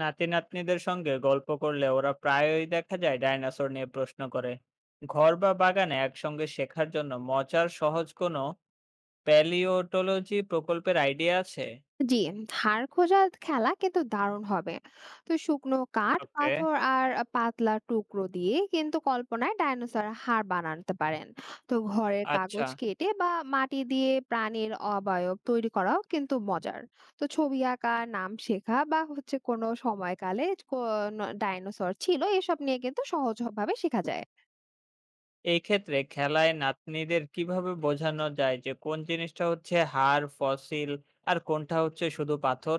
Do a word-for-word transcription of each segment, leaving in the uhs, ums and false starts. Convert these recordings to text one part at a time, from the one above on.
নাতি-নাতনিদের সঙ্গে গল্প করলে ওরা প্রায়ই দেখা যায় ডাইনোসর নিয়ে প্রশ্ন করে। ঘর বা বাগানে একসঙ্গে শেখার জন্য মজার সহজ কোনো প্যালিওটোলজি প্রকল্পের আইডিয়া আছে? জি, হাড় খোঁজা খেলা কিন্তু দারুণ হবে। তো শুকনো কাঠ, ওকে। পাথর আর পাতলা টুকরো দিয়ে কিন্তু কল্পনায় ডাইনোসর হাড় বানাতে পারেন। তো ঘরের আচ্ছা, কাগজ কেটে বা মাটি দিয়ে প্রাণীর অবয়ব তৈরি করাও কিন্তু মজার। তো ছবি আঁকা, নাম শেখা বা হচ্ছে কোনো সময়কালে কোন ডাইনোসর ছিল এসব নিয়ে কিন্তু সহজভাবে শেখা যায়। এই ক্ষেত্রে খেলায় নাতনিদের কিভাবে বোঝানো যায় যে কোন জিনিসটা হচ্ছে হাড় ফসিল আর কোনটা হচ্ছে শুধু পাথর?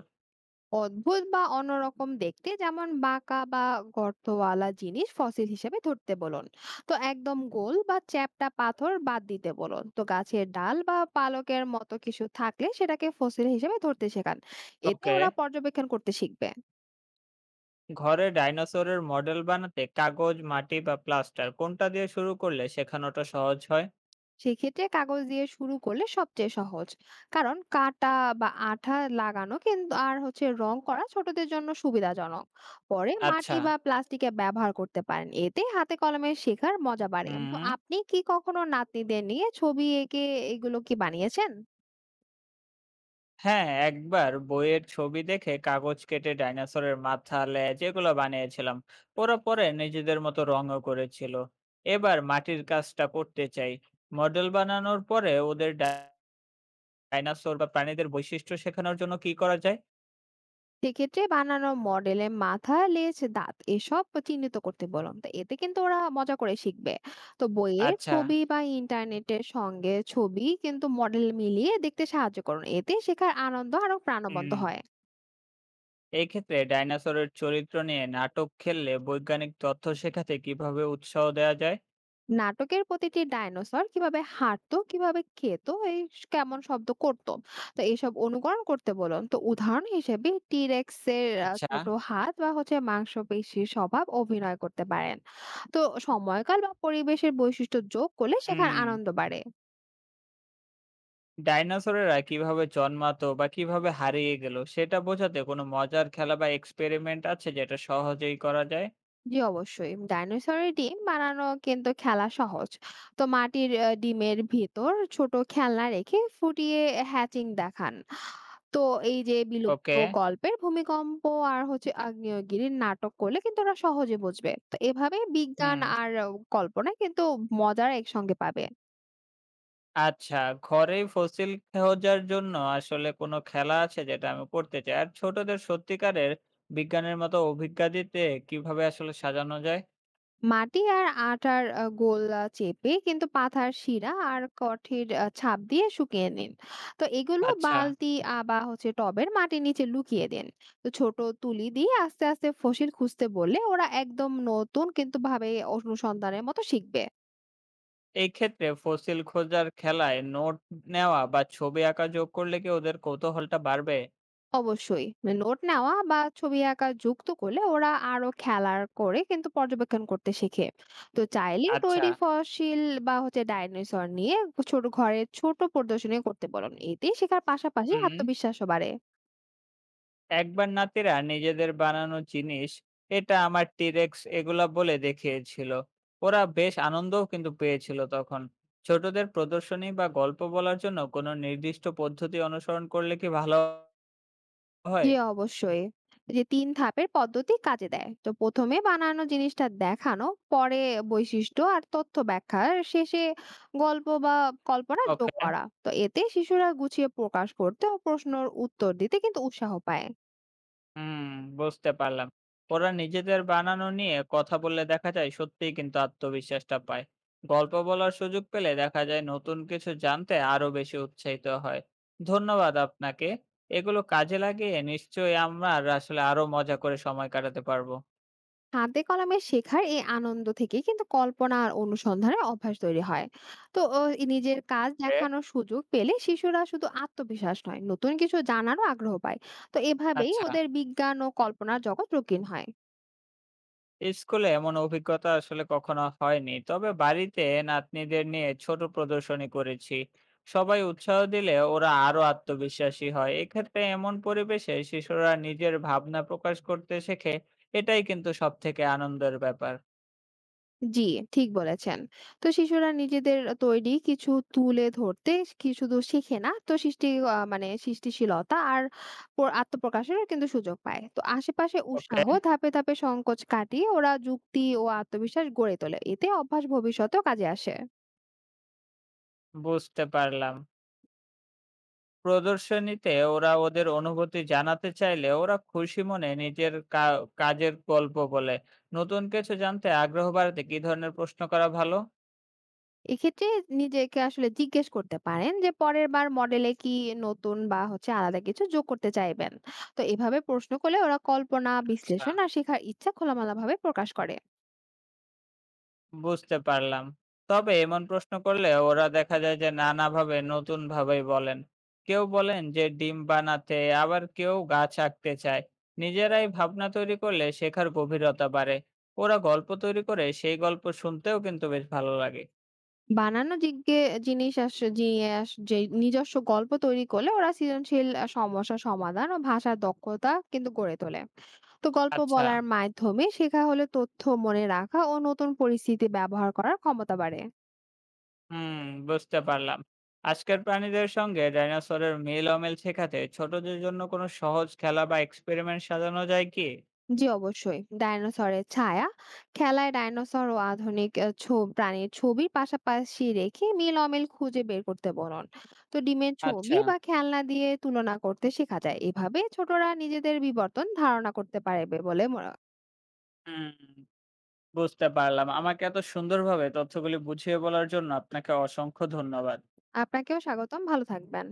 অদ্ভুত বা অন্যরকম দেখতে, যেমন বাঁকা বা গর্তওয়ালা জিনিস ফসিল হিসেবে ধরতে বলুন। তো একদম গোল বা চ্যাপ্টা পাথর বাদ দিতে বলুন। তো গাছের ডাল বা পালকের মতো কিছু থাকলে সেটাকে ফসিল হিসেবে ধরতে শেখান। এতে ওকে। ওরা পর্যবেক্ষণ করতে শিখবে। ঘরে ডাইনোসরের মডেল বানাতে কাগজ, মাটি বা প্লাস্টার কোনটা দিয়ে শুরু করলে শেখানোটা সহজ হয়? সেক্ষেত্রে কাগজ দিয়ে শুরু করলে সবচেয়ে সহজ, কারণ কাটা বা আঠা লাগানো কিন্তু আর হচ্ছে রং করা ছোটদের জন্য সুবিধাজনক। পরে মাটি আচ্ছা। বা প্লাস্টিকে ব্যবহার করতে পারেন, এতে হাতে কলমে শেখার মজা বাড়ে। তো হুম। আপনি কি কখনো নাতনিদের নিয়ে ছবি এঁকে এগুলো কি বানিয়েছেন? হ্যাঁ, একবার বইয়ের ছবি দেখে কাগজ কেটে ডাইনোসরের মাথা, লেজ এগুলো বানিয়েছিলাম। ওরা পরে নিজেদের মতো রঙও করেছিল। এবার মাটির কাজটা করতে চাই। মডেল বানানোর পরে ওদের ডা- ডাইনোসর বা প্রাণীদের বৈশিষ্ট্য শেখানোর জন্য কি করা যায়? সেক্ষেত্রে বানানো মডেলে মাথা, লেজ, দাঁত এসব চিহ্নিত করতে বলুন। তো এতে কিন্তু ওরা মজা করে শিখবে। তো বইয়ের আচ্ছা। ছবি বা ইন্টারনেটের সঙ্গে ছবি কিন্তু মডেল মিলিয়ে দেখতে সাহায্য করুন। এতে শেখার আনন্দ আরো প্রাণবন্ত হুম। হয়। এই ক্ষেত্রে ডাইনোসরের চরিত্র নিয়ে নাটক খেললে বৈজ্ঞানিক তথ্য শেখাতে কিভাবে উৎসাহ দেওয়া যায়? নাটকের প্রতিটি ডাইনোসর কিভাবে হাঁটতো, কিভাবে খেতো, এই স- কেমন শব্দ করত। তো এইসব অনুকরণ করতে বলুন। তো উদাহরণ হিসেবে টিরেক্স এর আহ, আচ্ছা। ছোট হাত বা হচ্ছে মাংসপেশির স্বভাব অভিনয় করতে পারেন। তো সময়কাল বা পরিবেশের বৈশিষ্ট্য যোগ করলে শেখার হুম। আনন্দ বাড়ে। ডাইনোসরেরা কিভাবে জন্মাতো বা কিভাবে হারিয়ে গেল সেটা বোঝাতে কোনো মজার খেলা বা এক্সপেরিমেন্ট আছে যেটা সহজেই করা যায়? জি, অবশ্যই। ডাইনোসরের ডিম বানানো কিন্তু খেলা সহজ। তো মাটির আহ, ডিমের ভিতর ছোট খেলনা রেখে ফুটিয়ে হ্যাচিং দেখান। তো এই যে বিলুপ্ত ওকে। গল্পের ভূমিকম্প আর হচ্ছে আগ্নেয়গিরির নাটক করলে কিন্তু ওরা সহজে বুঝবে। তো এভাবে বিজ্ঞান হুম। আর আহ, কল্পনা কিন্তু মজার একসঙ্গে পাবে। আচ্ছা। ঘরে ফসিল খোঁজার জন্য আসলে কোনো খেলা আছে যেটা আমি করতে চাই, আর ছোটদের সত্যিকারের বিজ্ঞানের মতো অভিজ্ঞতা দিতে কিভাবে আসলে সাজানো যায়? মাটি আর আটার আহ, গোলা চেপে কিন্তু পাথার শিরা আর কাঠের আহ, ছাপ দিয়ে শুকিয়ে নিন। তো এগুলো আচ্ছা। বালতি আহ, বা হচ্ছে টবের মাটির নিচে লুকিয়ে দিন। তো ছোট তুলি দিয়ে আস্তে আস্তে ফসিল খুঁজতে বললে ওরা একদম নতুন কিন্তু ভাবে অনুসন্ধানের মতো শিখবে। এই ক্ষেত্রে ফসিল খোঁজার খেলায় নোট নেওয়া বা ছবি আঁকা যোগ করলে কি ওদের কৌতূহলটা বাড়বে? অবশ্যই, মানে নোট নেওয়া বা ছবি আঁকা যুক্ত করলে ওরা আরো খেলার করে কিন্তু পর্যবেক্ষণ করতে শিখে। তো চাইলে আচ্ছা। তৈরি ফসিল বা হচ্ছে ডাইনোসর নিয়ে ছোট ঘরে ছোট প্রদর্শনী করতে বলুন। এতে শেখার পাশাপাশি হুম। আত্মবিশ্বাসও বাড়ে। একবার নাতিরা নিজেদের বানানো জিনিস এটা আমার টিরেক্স এগুলা বলে দেখিয়েছিল। ওরা বেশ আনন্দও কিন্তু পেয়েছিল তখন। ছোটদের প্রদর্শনী বা গল্প বলার জন্য কোনো নির্দিষ্ট পদ্ধতি অনুসরণ করলে কি ভালো হয়? যে অবশ্যই, যে তিন ধাপের পদ্ধতি কাজে দেয়। তো প্রথমে বানানো জিনিসটা দেখানো, পরে বৈশিষ্ট্য আর তথ্য ব্যাখ্যা, আর শেষে গল্প বা কল্পনা যোগ ওকে। করা। তো এতে শিশুরা গুছিয়ে প্রকাশ করতে ও প্রশ্নের উত্তর দিতে কিন্তু উৎসাহ পায়। হুম, বুঝতে পারলাম। ওরা নিজেদের বানানো নিয়ে কথা বললে দেখা যায় সত্যিই কিন্তু আত্মবিশ্বাসটা পায়। গল্প বলার সুযোগ পেলে দেখা যায় নতুন কিছু জানতে আরো বেশি উৎসাহিত হয়। ধন্যবাদ আপনাকে। এগুলো কাজে লাগিয়ে নিশ্চয়ই আমরা আসলে আরো মজা করে সময় কাটাতে পারবো। হাতে কলমে শেখার এই আনন্দ থেকে কিন্তু কল্পনা আর অনুসন্ধানের অভ্যাস তৈরি হয়। তো ও এই নিজের কাজ হ্যাঁ। দেখানোর সুযোগ পেলে শিশুরা শুধু আত্মবিশ্বাস নয়, নতুন কিছু জানারও আগ্রহ পায়। তো এভাবেই আচ্ছা। ওদের বিজ্ঞান ও কল্পনার জগৎ রঙিন হয়। স্কুলে এমন অভিজ্ঞতা আসলে কখনো হয়নি, তবে বাড়িতে নাতনিদের নিয়ে ছোট প্রদর্শনী করেছি। সবাই উৎসাহ দিলে ওরা আরো আত্মবিশ্বাসী হয়। এক্ষেত্রে এমন পরিবেশে শিশুরা নিজের ভাবনা প্রকাশ করতে শেখে। এটাই কিন্তু সব থেকে আনন্দের ব্যাপার। জি, ঠিক বলেছেন। তো শিশুরা নিজেদের তৈরি কিছু তুলে ধরতে কি শুধু শিখে না, তো সৃষ্টি আ মানে সৃষ্টিশীলতা আর প আত্মপ্রকাশেরও কিন্তু সুযোগ পায়। তো আশেপাশে ওকে। উৎসাহ ধাপে ধাপে সংকোচ কাটিয়ে ওরা যুক্তি ও আত্মবিশ্বাস গড়ে তোলে। এতে অভ্যাস ভবিষ্যতেও কাজে আসে। বুঝতে পারলাম। প্রদর্শনীতে ওরা ওদের অনুভূতি জানাতে চাইলে ওরা খুশি মনে নিজের কা- কাজের গল্প বলে। নতুন কিছু জানতে আগ্রহ বাড়াতে কি ধরনের প্রশ্ন করা ভালো? এক্ষেত্রে নিজেকে আসলে জিজ্ঞেস করতে পারেন যে, "পরের বার মডেলে কি নতুন বা হচ্ছে আলাদা কিছু যোগ করতে চাইবেন?" তো এভাবে প্রশ্ন করলে ওরা কল্পনা, আচ্ছা, বিশ্লেষণ আর শেখার ইচ্ছা খোলামেলাভাবে প্রকাশ করে। বুঝতে পারলাম। তবে এমন প্রশ্ন করলে ওরা দেখা যায় যে নানাভাবে নতুন ভাবেই বলেন। কেউ বলেন যে ডিম বানাতে, আবার কেউ গাছ আঁকতে চায়। নিজেরাই ভাবনা তৈরি করলে শেখার গভীরতা বাড়ে। ওরা গল্প তৈরি করে সেই গল্প শুনতেও কিন্তু বেশ ভালো লাগে। বানানো জিজ্ঞে জিনিস আস জিয়ে আস যে নিজস্ব গল্প তৈরি করলে ওরা সৃজনশীল আ সমস্যা সমাধান ও ভাষার দক্ষতা কিন্তু গড়ে তোলে। তো গল্প আচ্ছা, বলার মাধ্যমে শেখা হলে তথ্য মনে রাখা ও নতুন পরিস্থিতি ব্যবহার করার ক্ষমতা বাড়ে। হুম, বুঝতে পারলাম। আজকের প্রাণীদের সঙ্গে ডাইনোসরের মিল অমিল শেখাতে ছোটদের জন্য কোনো সহজ খেলা বা এক্সপেরিমেন্ট সাজানো যায় কি? জি, অবশ্যই। ডাইনোসরের ছায়া খেলায় ডাইনোসর ও আধুনিক আ ছ প্রাণীর ছবির পাশাপাশি রেখে মিল অমিল খুঁজে বের করতে বলুন। তো ডিমের আচ্ছা, ছবি বা খেলনা দিয়ে তুলনা করতে শেখা যায়। এভাবে ছোটরা নিজেদের বিবর্তন ধারণা করতে পারবে বলে মনে। হুম। বুঝতে পারলাম। আমাকে এত সুন্দরভাবে তথ্যগুলি বুঝিয়ে বলার জন্য আপনাকে অসংখ্য ধন্যবাদ। আপনাকেও স্বাগতম। ভালো থাকবেন।